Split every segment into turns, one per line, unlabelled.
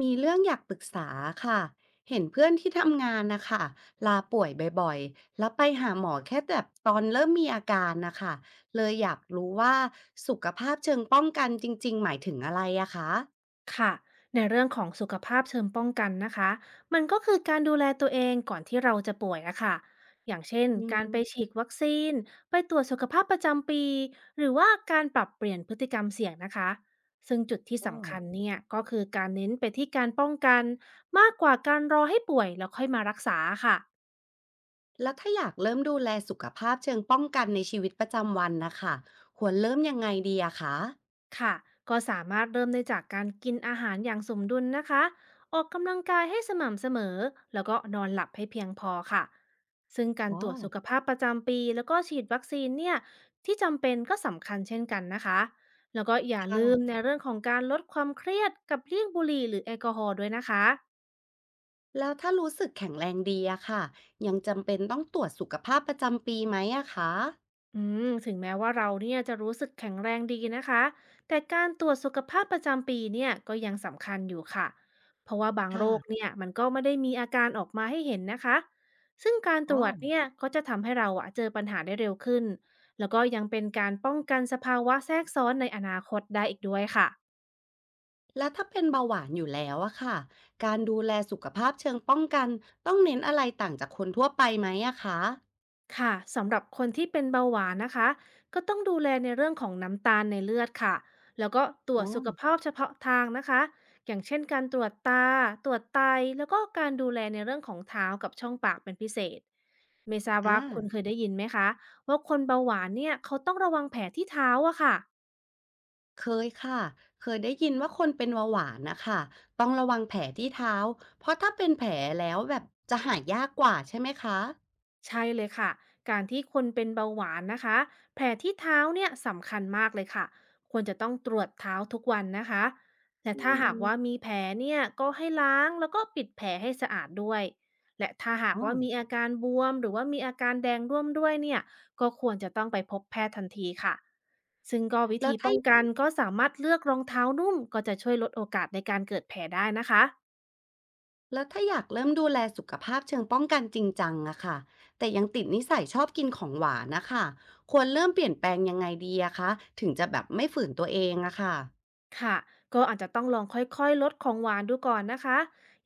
มีเรื่องอยากปรึกษาค่ะเห็นเพื่อนที่ทำงานนะคะลาป่วยบ่อยๆแล้วไปหาหมอแค่แบบตอนเริ่มมีอาการนะคะเลยอยากรู้ว่าสุขภาพเชิงป้องกันจริงๆหมายถึงอะไรอะคะ
ค่ะในเรื่องของสุขภาพเชิงป้องกันนะคะ มันก็คือการดูแลตัวเองก่อนที่เราจะป่วยอะค่ะอย่างเช่น
อื
การไป
ม
ฉีดวัคซีนไปตรวจสุขภาพประจำปี หรือว่าการปรับเปลี่ยนพฤติกรรมเสี่ยงนะคะ ซึ่งจุดที่
อ๋อ
สำคัญเนี่ยก็คือการเน้นไปที่การป้องกันมากกว่าการรอให้ป่วยแล้วค่อยมารักษาค่ะ
แล้วถ้าอยากเริ่มดูแลสุขภาพเชิงป้องกันในชีวิตประจำวันนะคะควรเริ่มยังไงดีอะคะ
ค่ะก็สามารถเริ่มได้จากการกินอาหารอย่างสมดุลนะคะ ออกกำลังกายให้สม่ำเสมอ แล้วก็นอนหลับให้เพียงพอค่ะ ซึ่งการ
อ๋อ
ตรวจสุขภาพประจำปีแล้วก็ฉีดวัคซีนเนี่ยที่จำเป็นก็สำคัญเช่นกันนะคะ แล้วก็อย่าลืม
ค่ะ
ในเรื่องของการลดความเครียดกับเลี่ยงบุหรี่หรือแอลกอฮอล์ด้วยนะคะ
แล้วถ้ารู้สึกแข็งแรงดีอะค่ะยังจำเป็นต้องตรวจสุขภาพประจำปีไหมอะคะ
อืมถึงแม้ว่าเราเนี่ยจะรู้สึกแข็งแรงดีนะคะแต่การตรวจสุขภาพประจำปีเนี่ยก็ยังสำคัญอยู่ค่ะเพราะว่าบางโร
ค่ะ
คเนี่ยมันก็ไม่ได้มีอาการออกมาให้เห็นนะคะซึ่งการ
อ๋
ต
อ
รวจเนี่ยก็จะทำให้เราอะเจอปัญหาได้เร็วขึ้นแล้วก็ยังเป็นการป้องกันสภาวะแทรกซ้อนในอนาคตได้อีกด้วยค่ะ
แล้วถ้าเป็นเบาหวานอยู่แล้วอะค่ะการดูแลสุขภาพเชิงป้องกันต้องเน้นอะไรต่างจากคนทั่วไปไหมอะคะ
ค่ะสำหรับคนที่เป็นเบาหวานนะคะก็ต้องดูแลในเรื่องของน้ำตาลในเลือดค่ะแล้วก็ตรว
อ๋
จ
อ
สุขภาพเฉพาะทางนะคะอย่างเช่นการตรวจตาตรวจไตแล้วก็การดูแลในเรื่องของเท้ากับช่องปากเป็นพิเศษเมทราบ
อ่า
ว่าคุณเคยได้ยินไหมคะว่าคนเบาหวานเนี่ยเขาต้องระวังแผลที่เท้าอะค่ะ
เคยค่ะ เคยได้ยินว่าคนเป็นเบาหวานนะคะต้องระวังแผลที่เท้า เพราะถ้าเป็นแผลแล้วแบบจะหายยากกว่าใช่ไหมคะ
ใช่เลยค่ะ การที่คนเป็นเบาหวานนะคะแผลที่เท้าเนี่ยสำคัญมากเลยค่ะ ควรจะต้องตรวจเท้าทุกวันนะคะแต่
อื
ถ้าหากว่า
ม
มีแผลเนี่ยก็ให้ล้างแล้วก็ปิดแผลให้สะอาดด้วย และถ้าหา
อ๋
ก
อ
ว่ามีอาการบวมหรือว่ามีอาการแดงร่วมด้วยเนี่ยก็ควรจะต้องไปพบแพทย์ทันทีค่ะซึ่งก็วิ
แล้ว
ธี
ถ้า
ป้องกันก็สามารถเลือกรองเท้านุ่มก็จะช่วยลดโอกาสในการเกิดแผลได้นะคะ
แล้วถ้าอยากเริ่มดูแลสุขภาพเชิงป้องกันจริงจังอะค่ะแต่ยังติดนิสัยชอบกินของหวานนะคะควรเริ่มเปลี่ยนแปลงยังไงดีอะคะถึงจะแบบไม่ฝืนตัวเองอะค่ะ
ค่ะก็อาจจะต้องลองค่อยๆลดของหวานดูก่อนนะคะ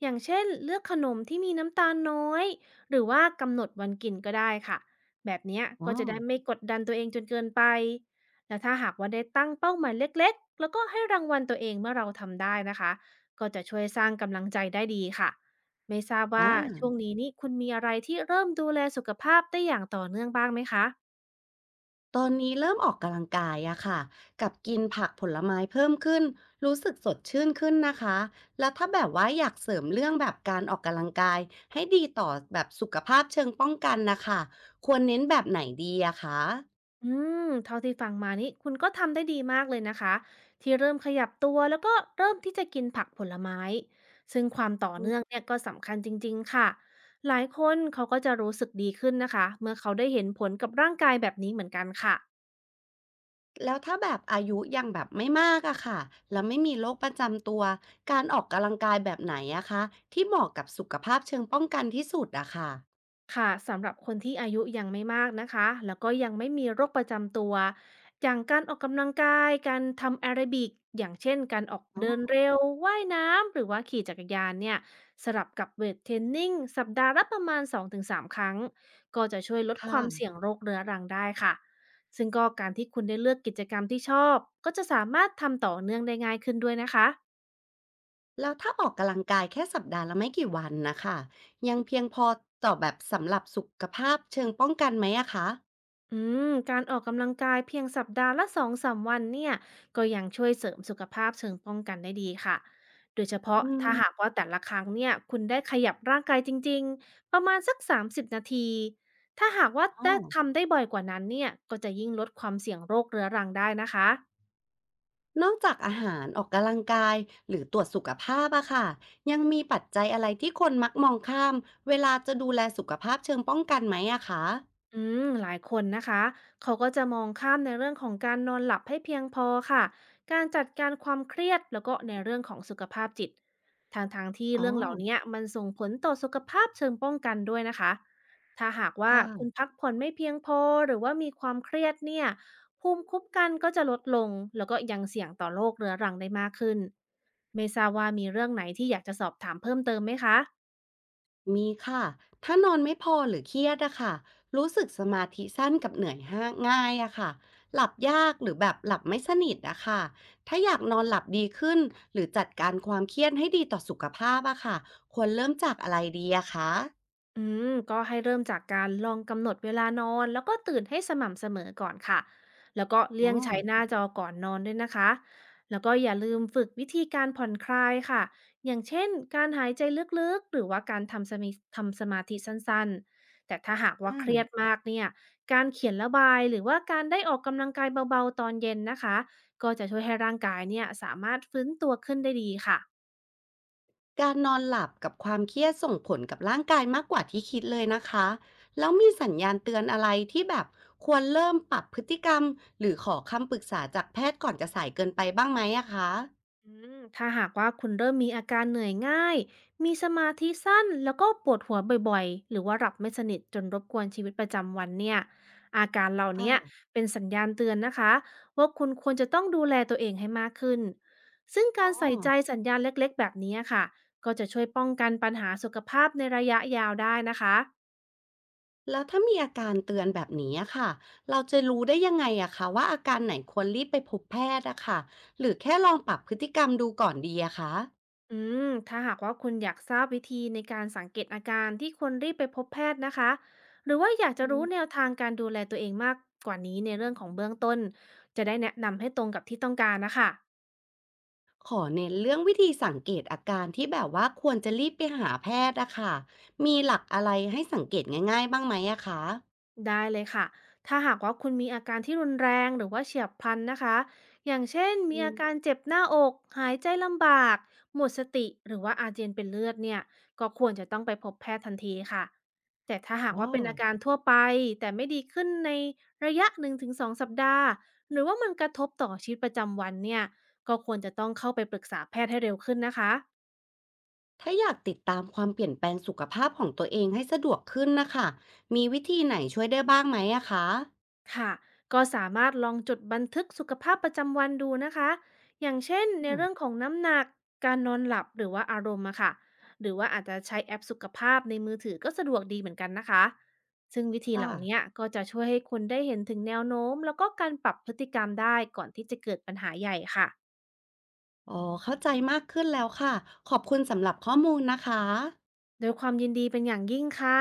อย่างเช่นเลือกขนมที่มีน้ำตาลน้อยหรือว่ากำหนดวันกินก็ได้ค่ะแบบเนี้ย
อ๋อ
ก็จะได้ไม่กดดันตัวเองจนเกินไปแล้วถ้าหากว่าได้ตั้งเป้าหมายเล็กๆแล้วก็ให้รางวัลตัวเองเมื่อเราทำได้นะคะก็จะช่วยสร้างกำลังใจได้ดีค่ะไม่ทราบ
อ
ว่าช่ว
า
งนี้นี่คุณมีอะไรที่เริ่มดูแลสุขภาพได้อย่างต่อเนื่องบ้างไหมคะ
ตอนนี้เริ่มออกกำลังกายอะค่ะกับกินผักผลไม้เพิ่มขึ้นรู้สึกสดชื่นขึ้นนะคะ แล้วถ้าแบบว่าอยากเสริมเรื่องแบบการออกกำลังกายให้ดีต่อแบบสุขภาพเชิงป้องกันนะคะ ควรเน้นแบบไหนดีอะคะ
อืมเท่าที่ฟังมานี่คุณก็ทำได้ดีมากเลยนะคะที่เริ่มขยับตัวแล้วก็เริ่มที่จะกินผักผลไม้ซึ่งความต่อเนื่องเนี่ยก็สำคัญจริงๆค่ะหลายคนเขาก็จะรู้สึกดีขึ้นนะคะเมื่อเขาได้เห็นผลกับร่างกายแบบนี้เหมือนกันค่ะ
แล้วถ้าแบบอายุยังแบบไม่มากอะค่ะแล้วไม่มีโรคประจำตัว การออกกำลังกายแบบไหนอะคะที่เหมาะกับสุขภาพเชิงป้องกันที่สุดอะค่ะ
ค่ะสำหรับคนที่อายุยังไม่มากนะคะ แล้วก็ยังไม่มีโรคประจำตัว อย่างการออกกำลังกาย การทำแอโรบิกอย่างเช่นการออก
อ๋
เดิน
อ
เร็วว่ายน้ำ หรือว่าขี่จักรยานเนี่ยสลับกับเวทเทรนนิ่งสัปดาห์ละประมาณ2-3ครั้ง ก็จะช่วยลด
ค
ความเสี่ย
่ะ
งโรคเรื้อรังได้ค่ะ ซึ่งก็การที่คุณได้เลือกกิจกรรมที่ชอบ ก็จะสามารถทำต่อเนื่องได้ง่ายขึ้นด้วยนะคะ
แล้วถ้าออกกำลังกายแค่สัปดาห์ละไม่กี่วันนะคะยังเพียงพอต่อแบบสำหรับสุขภาพเชิงป้องกันไหมอะคะ
อืมการออกกำลังกายเพียงสัปดาห์ละ2-3วันเนี่ยก็ยังช่วยเสริมสุขภาพเชิงป้องกันได้ดีค่ะโดยเฉพาะ
อืม
ถ้าหากว่าแต่ละครั้งเนี่ยคุณได้ขยับร่างกายจริงๆประมาณสัก30นาที ถ้าหากว่า
อ๋อ
ได้ทำได้บ่อยกว่านั้นเนี่ยก็จะยิ่งลดความเสี่ยงโรคเรื้อรังได้นะคะ
นอกจากอาหารออกกำลังกายหรือตรวจสุขภาพอะค่ะยังมีปัจจัยอะไรที่คนมักมองข้ามเวลาจะดูแลสุขภาพเชิงป้องกันไหมอะคะ
อืมหลายคนนะคะเขาก็จะมองข้ามในเรื่องของการนอนหลับให้เพียงพอค่ะการจัดการความเครียดแล้วก็ในเรื่องของสุขภาพจิตทางที่
อ๋อ
เรื่องเหล่านี้มันส่งผลต่อสุขภาพเชิงป้องกันด้วยนะคะถ้าหากว่าคุณ
ค่ะ
พักผ่อนไม่เพียงพอหรือว่ามีความเครียดเนี่ยภูมิคุ้มกันก็จะลดลงแล้วก็ยังเสี่ยงต่อโรคเรื้อรังได้มากขึ้นไม่ทราบว่ามีเรื่องไหนที่อยากจะสอบถามเพิ่มเติมไหมคะ
มีค่ะ ถ้านอนไม่พอหรือเครียดอะค่ะรู้สึกสมาธิสั้นกับเหนื่อยห้าง่ายอะค่ะหลับยากหรือแบบหลับไม่สนิทอะค่ะถ้าอยากนอนหลับดีขึ้นหรือจัดการความเครียดให้ดีต่อสุขภาพอะค่ะควรเริ่มจากอะไรดีอะคะ
ก็ให้เริ่มจากการลองกำหนดเวลานอนแล้วก็ตื่นให้สม่ำเสมอก่อนค่ะแล้วก็
อ๋อ
เลี่ยงใช้หน้าจอก่อนนอนด้วยนะคะแล้วก็อย่าลืมฝึกวิธีการผ่อนคลายค่ะอย่างเช่นการหายใจลึกๆหรือว่าการทำสมาธิสั้นๆแต่ถ้าหากว่า
อ่า
เครียดมากเนี่ยการเขียนระบายหรือว่าการได้ออกกำลังกายเบาๆตอนเย็นนะคะก็จะช่วยให้ร่างกายเนี่ยสามารถฟื้นตัวขึ้นได้ดีค่ะ
การนอนหลับกับความเครียดส่งผลกับร่างกายมากกว่าที่คิดเลยนะคะ แล้วมีสัญญาณเตือนอะไรที่แบบควรเริ่มปรับพฤติกรรมหรือขอคำปรึกษาจากแพทย์ก่อนจะสายเกินไปบ้างไหมอะคะ
อืถ้าหากว่าคุณเริ่มมีอาการเหนื่อยง่าย มีสมาธิสั้น แล้วก็ปวดหัวบ่อยๆ หรือว่าหลับไม่สนิทจนรบกวนชีวิตประจำวันเนี่ย อาการเหล่าเนี้ยเป็นสัญญาณเตือนนะคะว่าคุณควรจะต้องดูแลตัวเองให้มากขึ้น ซึ่ง
อ๋
กา
อ
รใส่ใจสัญญาณเล็กๆแบบนี้ค่ะ ก็จะช่วยป้องกันปัญหาสุขภาพในระยะยาวได้นะคะ
แล้วถ้ามีอาการเตือนแบบนี้อะค่ะ เราจะรู้ได้ยังไงอะคะว่าอาการไหนควรรีบไปพบแพทย์อะค่ะหรือแค่ลองปรับพฤติกรรมดูก่อนดีอะคะ
อืมถ้าหากว่าคุณอยากทราบวิธีในการสังเกตอาการที่ควรรีบไปพบแพทย์นะคะหรือว่าอยาก
อื
จะรู้
ม
แนวทางการดูแลตัวเองมากกว่านี้ในเรื่องของเบื้องต้นจะได้แนะนำให้ตรงกับที่ต้องการนะคะ
ขอเน้นเรื่องวิธีสังเกตอาการที่แบบว่าควรจะรีบไปหาแพทย์อะค่ะมีหลักอะไรให้สังเกตง่ายๆบ้างไหมอะคะ
ได้เลยค่ะถ้าหากว่าคุณมีอาการที่รุนแรงหรือว่าเฉียบพลันนะคะอย่างเช่นมี
อืม
อาการเจ็บหน้าอกหายใจลำบากหมดสติหรือว่าอาเจียนเป็นเลือดเนี่ยก็ควรจะต้องไปพบแพทย์ทันทีค่ะแต่ถ้าหาก
อ๋อ
ว่าเป็นอาการทั่วไปแต่ไม่ดีขึ้นในระยะหนึ่งถึงสองสัปดาห์หรือว่ามันกระทบต่อชีวิตประจำวันเนี่ยก็ควรจะต้องเข้าไปปรึกษาแพทย์ให้เร็วขึ้นนะคะ
ถ้าอยากติดตามความเปลี่ยนแปลงสุขภาพของตัวเองให้สะดวกขึ้นนะคะมีวิธีไหนช่วยได้บ้างไหมอะคะ
ค่ะ ก็สามารถลองจดบันทึกสุขภาพประจำวันดูนะคะ อย่างเช่นใน
อ่า
เรื่องของน้ำหนัก การนอนหลับหรือว่าอารมณ์อะค่ะ หรือว่าอาจจะใช้แอปสุขภาพในมือถือก็สะดวกดีเหมือนกันนะคะ ซึ่งวิธีเห
ค่ะ
ล่านี้ก็จะช่วยให้คุณได้เห็นถึงแนวโน้มแล้วก็การปรับพฤติกรรมได้ก่อนที่จะเกิดปัญหาใหญ่ค่ะ
อ๋อเข้าใจมากขึ้นแล้วค่ะขอบคุณสำหรับข้อมูลนะคะ
โดยความยินดีเป็นอย่างยิ่งค่ะ